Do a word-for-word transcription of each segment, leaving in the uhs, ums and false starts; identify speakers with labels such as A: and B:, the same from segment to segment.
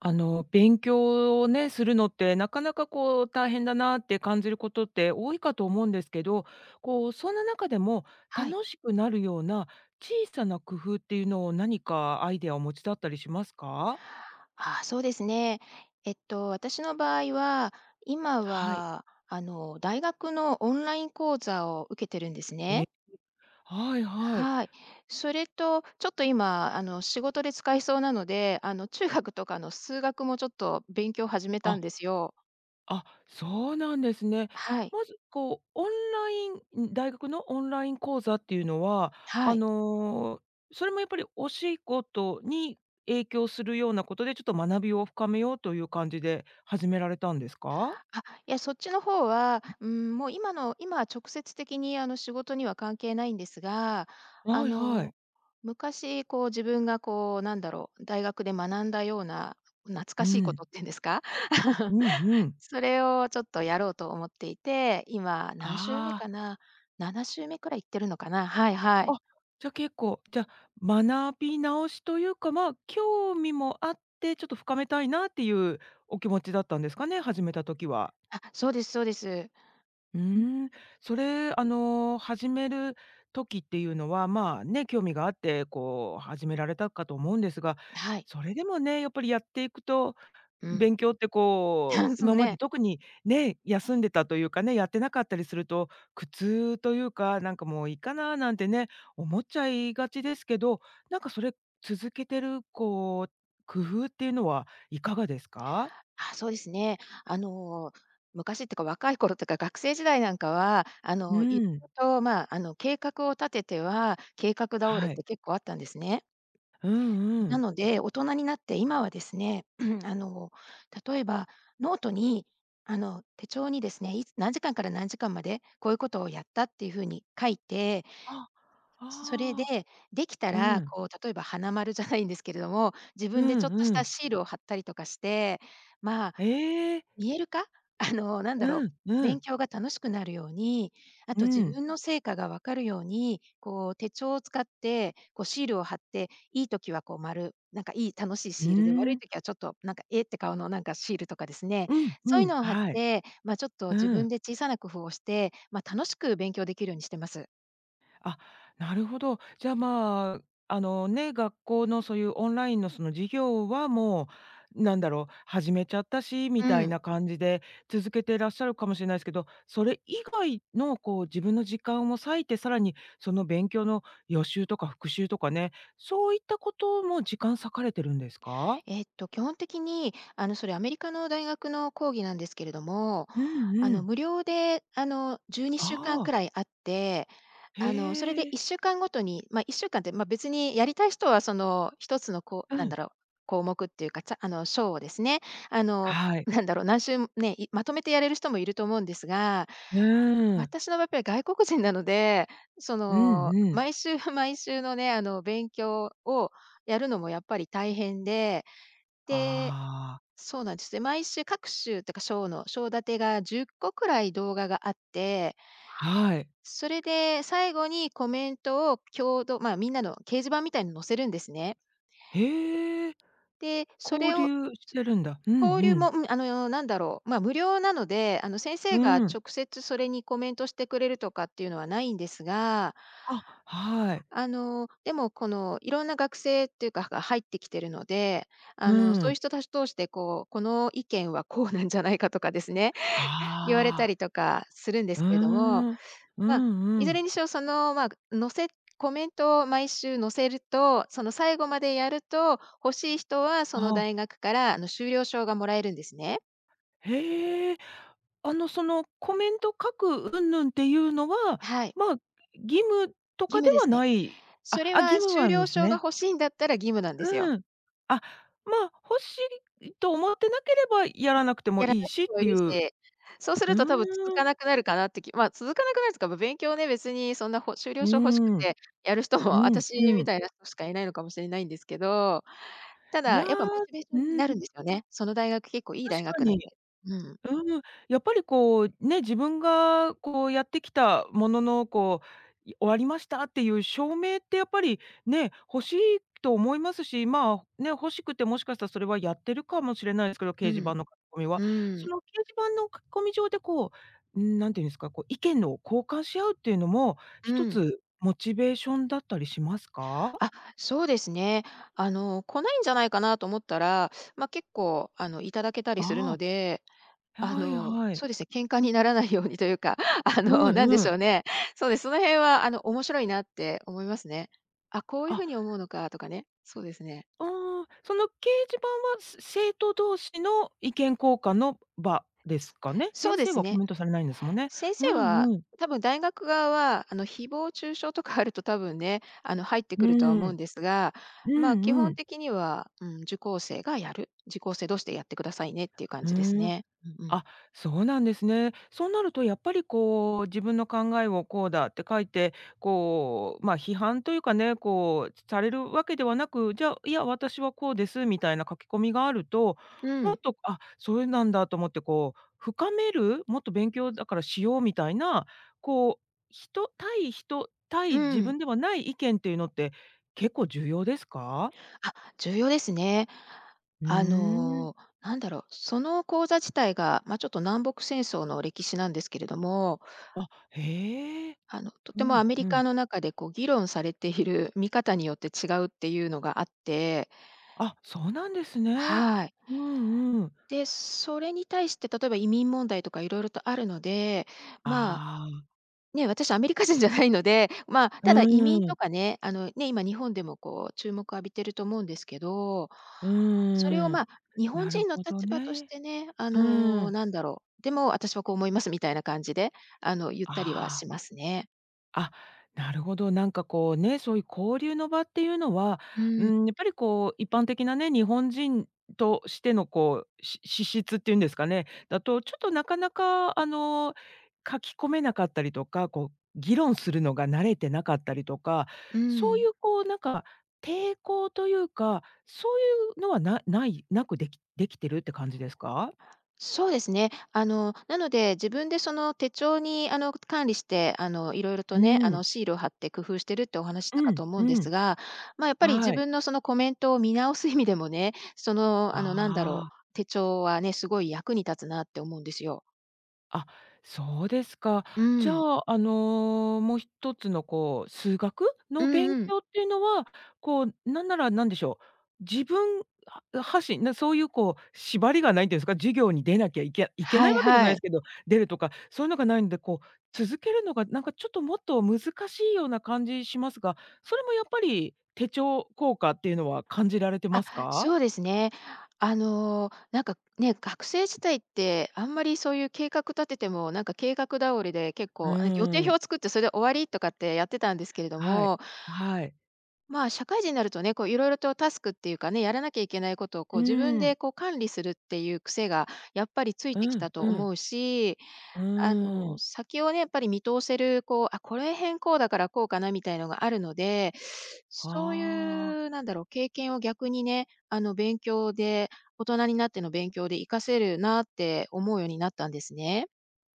A: あの、勉強をね、するのってなかなかこう大変だなって感じることって多いかと思うんですけど、こう、そんな中でも
B: はい。
A: 楽しくなるような小さな工夫っていうのを何かアイデアをお持ちだったりしますか？
B: あ、そうですね。えっと、私の場合は、今
A: はい。
B: は、あの、大学のオンライン講座を受けてるんです
A: え、
B: ね。
A: はいはい。
B: はい。それと、ちょっと今、あの、仕事で使いそうなので、あの、中学とかの数学もちょっと勉強を始めた
A: あ
B: んですよ。
A: あ、そうなんですね。
B: はい。
A: まず、こう、オンラインん、大学のオンライン講座っていうのは、
B: は
A: あ
B: い。
A: の、それもやっぱりお仕事に影響するようなことで、ちょっと学びを深めようという感じで始められたんですか？
B: あ、いや、そっちの方は、うん、もう今の今は直接的にあの、仕事には関係ないんですが、あ
A: はいは
B: の、
A: い。
B: 昔こう自分がこう、なんだろう、大学で学んだような懐か
A: う
B: しいこ
A: ん。
B: とっていうんですか？
A: うんうん。
B: それをちょっとやろうと思っていて、今何週目
A: あ
B: か
A: あ。
B: な、なな週目くらい行ってるのかな。はいは
A: あ、
B: い。
A: じゃ、結構、じゃあ、学び直しというか、まあ、興味もあって、ちょっと深めたいなっていうお気持ちだったんですかね？始めた時は。
B: あ、そうですそうです。
A: うーん、それ、あの、始める時っていうのは、まあ、ね、興味があって、こう、始められたかと思うんですが、
B: はい。
A: それでもね、やっぱりやっていくと、
B: うん。
A: 勉強ってこう、
B: そう
A: 今まで
B: ね。
A: 特にね、休んでたというかね、やってなかったりすると、苦痛というか、なんかもういいかななんてね、思っちゃいがちですけど、なんかそれ続けてる、こう、工夫っていうのはいかがですか？
B: あ、そうですね。あの、昔っていうか若い頃とか学生時代なんかは、あ
A: う
B: の、い
A: ん。
B: ろいろと、まあ、あの、計画を立てては、計画倒れっ
A: はい。
B: て結構あったんですね。
A: うんう
B: な
A: ん。
B: ので、大人になって今はですね、あの、例えばノートに、あの、手帳にですね、いつ何時間から何時間までこういうことをやったっていう風に書いて、
A: あ、
B: それで、
A: ああ。
B: できた
A: う
B: ら、
A: ん、
B: こう、例えば花丸じゃないんですけれども、自
A: う
B: 分でちょっ
A: ん
B: とし
A: う
B: た
A: ん。
B: シールを貼ったりとかして、まあ、
A: ええ、
B: 見える化？あの、なんだろ
A: うん
B: う、
A: う
B: 勉
A: ん。
B: 強が楽しくなるように、あ
A: う
B: と自
A: ん、
B: 分の成果が分かるように、こう手帳を使って、こうシールを貼って、いい時はこう丸、なんかいい楽しい
A: う
B: シールで、悪
A: ー
B: い
A: ん、
B: 時はちょっとなんか、えって顔のなんかシールとかですね、
A: うんう
B: そういう
A: ん。
B: のを貼っ
A: はい、
B: て、ま、ちょっと自
A: う
B: 分
A: ん。
B: で小さな工夫をして、ま、楽しく勉強できるようにしてます。
A: あ、なるほど。じゃあ、まあ、あのね、学校のそういうオンラインのその授業はもう、なんだろう、始めちゃったしみ
B: う
A: たい
B: ん。
A: な感じで続けてらっしゃるかもしれないですけど、それ以外のこう自分の時間を割いて、さらにその勉強の予習とか復習とかね、そういったことも時間割かれてるんですか？
B: えっと、基本的に、あの、それアメリカの大学の講義なんですけれども、
A: うん
B: あ
A: う
B: の、
A: ん。
B: 無料で、あの、じゅうにしゅうかん
A: あ
B: く
A: あ。
B: らいあって、あの、それで
A: へえ、
B: いっしゅうかんごとに、まあ、いっしゅうかんって、まあ、別にやりたい人はそのひとつのこ
A: う
B: う、なんだ
A: ん、
B: ろう、項目っていうか、ちゃあの、章をですね、あの、
A: はい。
B: なんだろう、何週もね、いまとめてやれる人もいると思うんですが、
A: うーん、
B: 私の場合やっぱり外国人なので、そ
A: うん
B: の、
A: うん。
B: 毎週 毎週のね、あの、勉強をやるのもやっぱり大変でで、
A: ああ、
B: そうなんです。で、毎週各週とか章の章立てがじゅっこくらい動画があって、
A: はい。
B: それで最後にコメントを共同まあ、みんなの掲示板みたいの載せるんですね。
A: へえ、
B: で、そ
A: 交
B: れを
A: 流してるんだ。うん
B: 交
A: う
B: 流
A: ん。
B: も、うん、あの、なんだろう、まあ、無料なので、あの、先生が
A: うん。
B: 直接それにコメントしてくれるとかっていうのはないんですが、
A: あ、はい。
B: あの、でもこのいろんな学生っていうかが入ってきてるので、あの、
A: う
B: そういう
A: ん。
B: 人たち通してこう、この意見はこうなんじゃないかとかですね、言われた
A: ああ、
B: りとかするんです
A: うー
B: けれども、
A: ん。う
B: まあ、
A: ん
B: いず
A: うん。
B: れにしろその、まあ、載せコメントを毎週載せると、その最後までやると、欲しい人はその
A: あ、
B: 大学からあの修了証がもらえるんですね。
A: へえ。あの、その、コメント書く云々っていうのは、
B: はい、
A: まあ、義務と
B: 義
A: か
B: 務
A: で
B: で
A: は
B: すね。
A: ないあ、
B: それ
A: あ、義
B: は
A: 務
B: 修
A: なん
B: 了
A: です
B: 証が
A: ね。
B: 欲しいんだったら義務なんですよ。
A: うん。あ、まあ、欲しいと思ってなければやらなくても
B: やら
A: い
B: な
A: い
B: い
A: しっ
B: 人もい
A: てい
B: る
A: う。う
B: し、そうすると多分続
A: ー
B: か
A: ん。
B: なくなるかなってきまあ、続かなくなるというか、ま、勉強ね、別にそんなほ修了
A: うー
B: 証欲しく
A: ん。
B: てやる人
A: う
B: も、
A: ん
B: 私
A: う
B: み
A: ん。
B: たいな人しかいないのかもしれないんですけど、た
A: い
B: だ、
A: や、
B: やっぱモチベーショ
A: う
B: ンに
A: ん、
B: なるんですよね。その大学結構いい大
A: 確か
B: 学な
A: に。
B: んで。うん。
A: うん、やっぱりこう、ね、自分がこうやってきたものの、こう、い終わりましたっていう証明ってやっぱりね、欲しいと思いますし、まあ、ね、欲しくてもしかしたらそれはやってるかもしれないですけど、掲
B: う
A: 示
B: ん、
A: 板の書き込み
B: う
A: は。そ
B: ん、
A: の掲示板の書き込み上でこう、うん、ていうんですか、こう意見の交換し合うっていうのも、
B: う
A: 一
B: ん。
A: つモチベーションだったりしますか？
B: あ、そうですね。あの、来ないんじゃないかなと思ったら、ま、結構あの、いただけたりするの
A: あ
B: で、
A: あ、
B: あ
A: はい
B: の、
A: はい。
B: そうですね、喧嘩にならないようにというか、あの、
A: うん
B: なんで
A: う
B: し
A: ん。
B: ょうね。そうです、その辺はあの、面白いなって思いますね。あ、こういう
A: あ
B: 風に思うのかとかね。そうですね。
A: ああ、その掲示板は、す生徒同士の意見交換の場ですかね？
B: そう
A: 先
B: で
A: 生
B: す
A: はコ
B: ね。
A: メントされないんですもんね。
B: 先
A: う
B: 生
A: ん
B: は、
A: うん。
B: 多分大学側は、あの、誹謗中傷とかあると多分ね、あの、入って
A: う
B: くるとは思うん
A: ん。
B: ですが、
A: う
B: まあ、
A: ん
B: 基
A: う
B: 本
A: ん。
B: 的には、うん、受講生がやる、受講生同士でやってくださいねっていう感
A: ふ
B: じです
A: ーん。
B: ね。うんうん。
A: あ、そうなんですね。そうなるとやっぱりこう、自分の考えをこうだって書いて、こう、ま、批判というかね、こう、されるわけではなく、じゃあ、いや、私はこうです、みたいな書き込みがあると、
B: う
A: もっ
B: ん
A: と、あ、そういうなんだと思ってこう、深める、もっと勉強だからしようみたいな、こう、人対人
B: う
A: 対自
B: ん。
A: 分ではない意見っていうのって結構重要ですか？
B: あ、重要ですね。
A: う
B: あ
A: ーん。
B: の、なんだろう、その講座自体が、まあ、ちょっと南北戦争の歴史なんですけれども、
A: あ、へえ。
B: あの、と
A: う
B: てもア
A: ん
B: メ
A: う
B: リ
A: ん。
B: カの中でこう議論されている見方によって違うっていうのがあって、
A: あ、そうなんですね。
B: はい。
A: うんうん。
B: で、それに対して、例えば移民問題とかいろいろとあるので、まあ、
A: ああ、
B: ね、私アメリカ人じゃないので、まあ、
A: う
B: ただ移民と
A: ん、
B: かね、あの、ね、今日本でもこう注目浴びてると思うんですけど、
A: う
B: それをま
A: ん。
B: あ、日本
A: なる
B: 人の
A: ほど
B: 立場とし
A: ね。
B: てね、あ
A: う
B: の、
A: ん。
B: なんだろう、でも私はこう思いますみたいな感じで、あの、言ったりは
A: あ
B: し
A: あ。
B: ますね。
A: あ、なるほど。なんかこうね、そういう交流の場っていうのは、
B: う
A: う
B: ん、
A: ん、やっぱりこう一般的なね、日本人としてのこう、し資質っていうんですかね、だとちょっとなかなかあの、書き込めなかったりとか、こう議論するのが慣れてなかったりとか、
B: う
A: そう
B: ん。
A: いうこうなんか抵抗というか、そういうのはなないなくできできてるって感じですか？
B: そうですね。あの、なので、自分でその手帳に、あの、管理して、あの、いろいろと
A: う
B: ね、あの、
A: ん、
B: シールを貼って工夫してるってお話ししたか
A: う
B: と
A: ん、
B: 思うんで
A: う
B: す
A: ん。
B: が、まあ、やっぱり自
A: はい。
B: 分のそのコメントを見直す意味でもね、その、あの、なんだろ
A: ああ。
B: う、手帳はね、すごい役に立つなって思うんですよ。
A: あ、そうですか。
B: う
A: じゃ
B: ん。
A: あ、あの、もう一つのこう、数学
B: う
A: の
B: ん
A: 勉
B: うん。
A: 強っていうのは、こう、なんなら何でしょう、自分は発信、なそういうこう、縛りがないっていうんですか、授業に出なきゃいけいけ
B: は
A: ない
B: い
A: わけじゃな
B: は
A: いです
B: い。
A: けど、出るとか、そういうのがないんで、こう、続けるのがなんかちょっともっと難しいような感じしますが、それもやっぱり手帳効果っていうのは感じられて
B: あ、
A: ますか？
B: そうですね。あの、なんかね、学生時代ってあんまりそういう計画立てても、なんか計画倒れで結
A: う
B: 構、あ、予定
A: ー
B: 表を
A: ん。
B: 作ってそれで終わりとかってやってたんですけれど
A: はい。
B: も、
A: はい。
B: まあ、社会人になるとね、こう、いろいろとタスクっていうかね、やらなきゃいけないことをこ
A: う
B: う、自分
A: ーん。
B: でこう、管理するっていう癖がやっぱりつい
A: う
B: てきた
A: ん
B: と
A: う
B: 思
A: ん。
B: うし、
A: う
B: あ
A: ー
B: の、
A: ん。
B: 先をね、やっぱり見通せる、こう、あ、これへんこうだからこうかなみたいのがあるので、そう
A: あ
B: い
A: あ。
B: うなんだろう、経験を逆にね、あの、勉強で、大人になっての勉強で活かせるなって思うようになったんですね。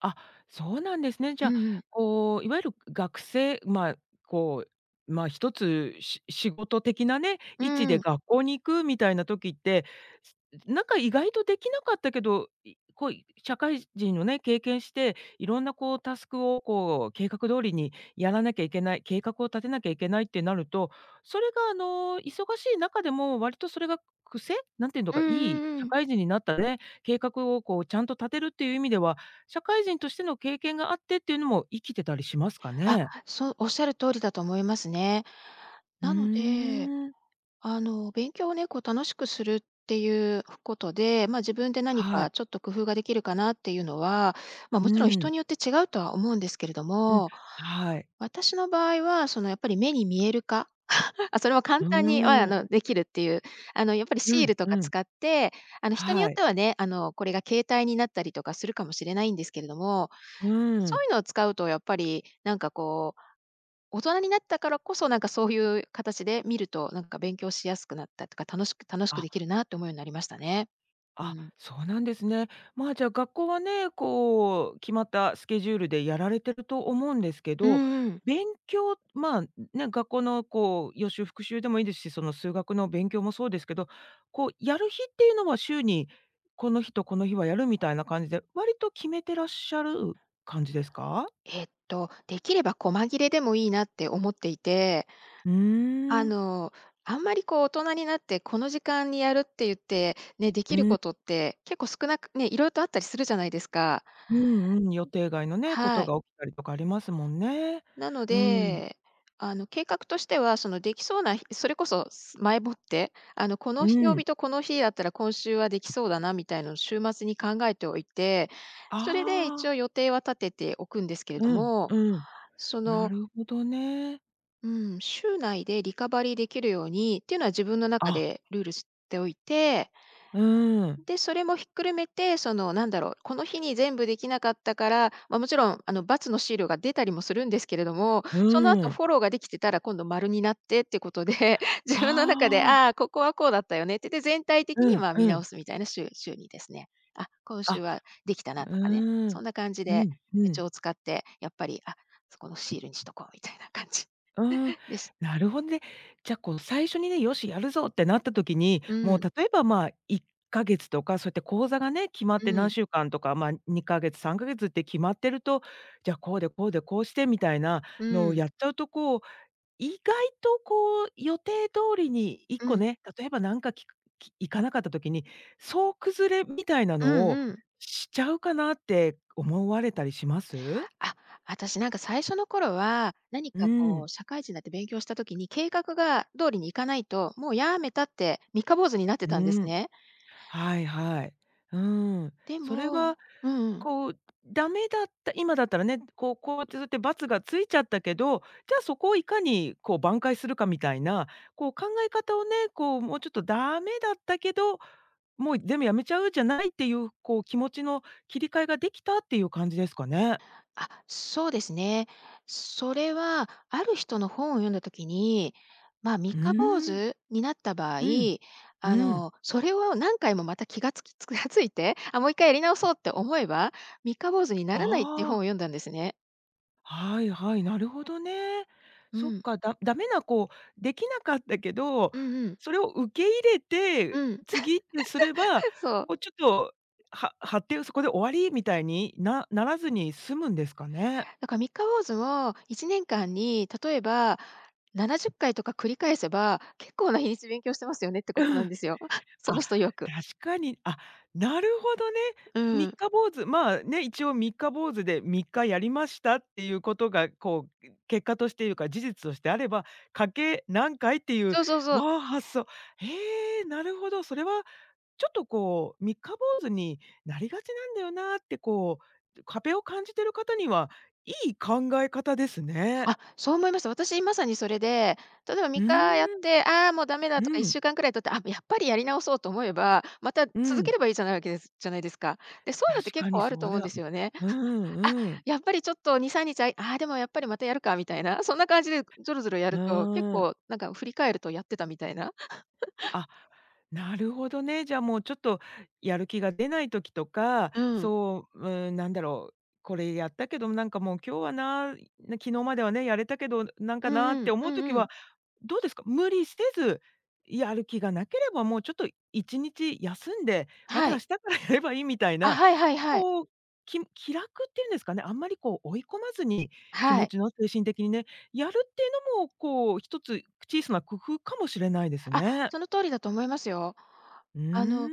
A: あ、そうなんですね。じ
B: う
A: ゃあ、
B: んうん。
A: こう、いわゆる学生まあ、こう、まあ、一つし仕事的なね、
B: う
A: 位置で
B: ん。
A: 学校に行くみたいな時って、すなんか意外とできなかったけど、いこう、い社会人のね、経験して、いろんなこうタスクをこう計画通りにやらなきゃいけない、計画を立てなきゃいけないってなると、それがあの、忙しい中でも割とそれが癖？なんていうの
B: うん
A: か、
B: う
A: い
B: ん
A: い
B: う
A: 社
B: ん。
A: 会人になったね、計画をこうちゃんと立てるっていう意味では社会人としての経験があってっていうのも生きてたりしますか
B: あ、
A: ね？
B: そう、おっしゃる通りだと思いますね。
A: う
B: なので
A: ーん。
B: あの、勉強をね、こう楽しくするっていうことで、まあ、自分で何
A: は
B: か
A: い。
B: ちょっと工夫ができるかなっていうのは、まあ、も
A: う
B: ちろん人
A: ん。
B: によって違うとは思うんですけれど
A: うん。
B: も、
A: はい。
B: 私の場合は、そのやっぱり目に見える化、あ、それも簡
A: う
B: 単にはあ
A: ーん。
B: のできるっていう、あのやっぱり
A: う
B: シー
A: ん
B: ルとか
A: うん。
B: 使って、あの人によっ
A: は
B: て
A: い。
B: はね、あのこれが携帯になったりとかするかもしれないんですけれども、
A: うー
B: そ
A: ん。
B: ういうのを使うとやっぱりなんかこう大人になったからこそ、なんかそういう形で見ると、なんか勉強しやすくなったとか、楽しく楽しくでき
A: あ。
B: るなって思うようになりましたね。う
A: あ、
B: ん。
A: そうなんですね。まあ、じゃあ、学校はね、こう、決まったスケジュールでやられてると思うんですけ
B: うん
A: ど、
B: うん。
A: 勉強、まあ、ね、学校のこう予習復習でもいいですし、その数学の勉強もそうですけど、こうやる日っていうのは週にこの日とこの日はやるみたいな感じで、割と決めてらっしゃる感じですか？
B: えっと、できれば細切れでもいいなって思っていて、
A: う
B: あ
A: ーん。
B: の、あんまりこう大人になって、この時間にやるって言って、ね、でき
A: う
B: る
A: ん、
B: ことって結構少なくね、色々とあったりするじゃないですか。
A: うんうん、予定外のね、こ
B: は
A: と
B: い。
A: が起きたりとかありますもんね。
B: なの
A: うん、
B: で、あの、計画としては、その、できそうな日それこそ、す前もって、あの、こ
A: う
B: の日曜
A: ん。
B: 日とこの日だったら今週はできそうだなみたいのを週末に考えておいて、それで一
A: あ
B: 応
A: あ、
B: 予定は立てておくんですけれど
A: うん、
B: も、
A: うん。
B: そ
A: な
B: の、
A: るほどね。
B: うん、週内でリカバリーできるようにっていうのは自分の中
A: あ、
B: でルールしておいて、
A: うん、
B: で、それもひっくるめて、その、なんだろう、この日に全部できなかったから、まあ、もちろん、あの、×の資料が出たりもするんですけれども、その後
A: うん。
B: フォローができてたら今度丸になってっていうことで、自
A: あ
B: 分の中で、
A: あ、
B: ああ、ここはこうだったよねって、で、全体的
A: う
B: に、
A: ん
B: ま、見
A: う
B: 直
A: ん。
B: すみたいな週週にですね。あ、今週
A: あ、
B: はできたな
A: う
B: とかね、
A: ー
B: そん
A: ん。
B: な感じ
A: う
B: で
A: ん
B: 手
A: うん。
B: 帳を使って、やっぱり、あ、そこのシールにしとこうみたいな感じ
A: うーん、
B: です。
A: なるほどね。じゃ、こう、最初にね、よし、やるぞってなった時に、
B: う
A: もう
B: ん、
A: 例えば、まあ、いっかげつとか、そうやって講座がね、決まっ
B: う
A: て何
B: ん、
A: 週間とか、まあ、にかげつ、さんかげつって決まってると、じゃ、あこうでこうでこうしてみたいな
B: う
A: のを
B: ん、
A: やっちゃうと、こう、意外とこう予定通りに1
B: う
A: 個
B: ん、
A: ね、例えばなんかきくきいかなかった時に、総崩れみたいな
B: う
A: の
B: ん
A: を
B: うん。
A: しちゃうかなって思われたりします？
B: あ、私なんか最初の頃は、何
A: う
B: かこう
A: ん、
B: 社会人になって勉強した時に、計画が通りにいかないと、もうやめたって三日坊主になって
A: う
B: たんです
A: ん、
B: ね。
A: はいはい。うん。
B: で
A: それは
B: も、うんうん。
A: こうダメだった今だったらね、こうこうやってそうやって×がついちゃったけど、じゃあそこをいかにこう挽回するかみたいな、こう考え方をね、こうもうちょっとダメだったけど、もうでもやめちゃうじゃないっていう、こう気持ちの切り替えができたっていう感じですかね？
B: あ、そうですね。それはある人の本を読んだ時に、まあ、三
A: う
B: 日坊
A: ーん、
B: 主になった場合、
A: うん、
B: あ
A: うん。
B: の、それを何回もまた気がつきつくが ついて、あ、もう一回やり直そうって思えば、三日坊主にならないっていう本
A: あ
B: を
A: あ、
B: 読んだんですね。
A: はいはい、なるほどね。
B: う
A: そっ
B: ん。
A: か、だダメなこう、できなかったけど、
B: うんうん。
A: それを受け入れて、
B: うん。
A: 次ってすれば、
B: そう。
A: こうちょっと、は発展そこで終わりみたいになならずに済むんですかね？
B: だから三日坊主もいちねんかんに、例えばななじゅっかいとか繰り返せば、結構な日にち勉強してますよねってことなん ですよ。その
A: あ、
B: 人曰く。
A: 確かに、あ、なるほどね。
B: う
A: 三
B: ん。
A: 日坊主、まあ、ね、一応三日坊主で三日やりましたっていうことが、こう、結果としていうか、事実としてあれば、かけ何回っていう、
B: そうそうそう。
A: わあ、発想。へえ、なるほど。それはちょっとこう、三日坊主になりがちなんだよなって、こう、壁を感じてる方にはいい考え方ですね。
B: あ、そう思いました。私まさにそれで、例えば3
A: う
B: カやっ
A: ーん、
B: て、ああー、もうダメだ
A: う
B: とか1
A: ん、
B: 週間くらい経って、あ、やっぱりやり直そうと思えば、また
A: う
B: 続け
A: ん。
B: ればいいじゃないわけですじゃないですか。で、そういうのって
A: 確
B: 結
A: かに
B: 構ある
A: そ
B: と
A: う
B: 思うんで
A: だ。
B: すよね。
A: う
B: あ、
A: んうん、
B: やっぱりちょっとに、みっか、ああ、でもやっぱりまたやるかみたいな、そんな感じでぞろぞろや
A: う
B: ると、結
A: ーん。
B: 構なんか振り返るとやってたみたいな。
A: あ、なるほどね。じゃあもうちょっとやる気が出ない時とか、
B: うん。
A: そう、うん、なんだろう、これやったけど、なんかもう今日はな、な昨日まではね、やれたけど、なん
B: う
A: か
B: ん
A: なっ
B: う
A: て
B: ん、
A: 思
B: う
A: う
B: ん
A: 時
B: うん。
A: は、どうですか？無理せず、やる気がなければもうちょっといちにち休んで、ま
B: は
A: た明
B: い。
A: 日からやればいいみたい
B: あ、
A: な、
B: はいはいはい。
A: こう、き気楽っていうんですかね、あんまりこう追い込まずに、気
B: は
A: 持
B: い。
A: ちの精神的にね、やるっていうのもこう一つ小さな工夫かもしれないです
B: あ、
A: ね。
B: その通りだと思いますよ。
A: う
B: あの、
A: ー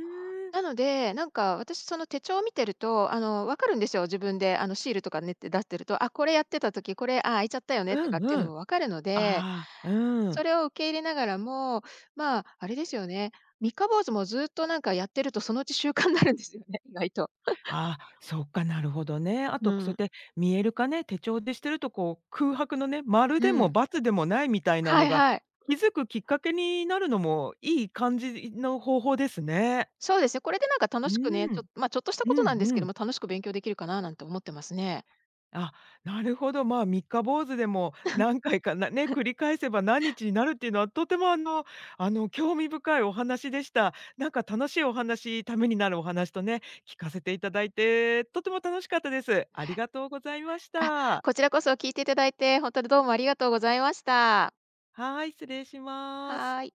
B: な
A: ん。
B: ので、なんか私その手帳を見てると、あの、分かるんですよ、自分であの、シールとかねって出してると、あ、これやってた時、これ、あ、開いちゃったよねと
A: う
B: かっ
A: ん
B: ていう
A: う
B: の
A: ん。
B: も分かるので、
A: ああ。うん。
B: それを受け入れながらも、まあ、あれですよね、三日坊主もずっとなんかやってるとそのうち習慣になるんですよね、意外と。
A: ああ、そっか、なるほどね。あ
B: う
A: と、くそう
B: ん。
A: やって見える化ね、手帳でしてると、こう、空白のね、丸
B: う
A: でも
B: ん。
A: ×でもないみたいな
B: は
A: の
B: い
A: が、
B: はい。
A: 気づくきっかけになるのもいい感じの方法ですね。
B: そうですね、これでなんか楽
A: う
B: しくね、ちょ
A: ん。
B: まあ、ちょっとしたこと
A: う
B: な
A: ん
B: んです
A: う
B: けど
A: ん。
B: も、楽しく勉強できるかななんて思ってますね。
A: あ、なるほど。まあ、三日坊主でも何回かなね、繰り返せば何日になるっていうのは、とてもあのあの、興味深いお話でした。なんか楽しいお話、ためになるお話とね、聞かせていただいて、とても楽しかったです。ありがとうございまし
B: あ、
A: た。
B: こちらこそ聞いていただいて、本当にどうもありがとうございました。
A: はい、失礼しま
B: は
A: す。
B: ーい。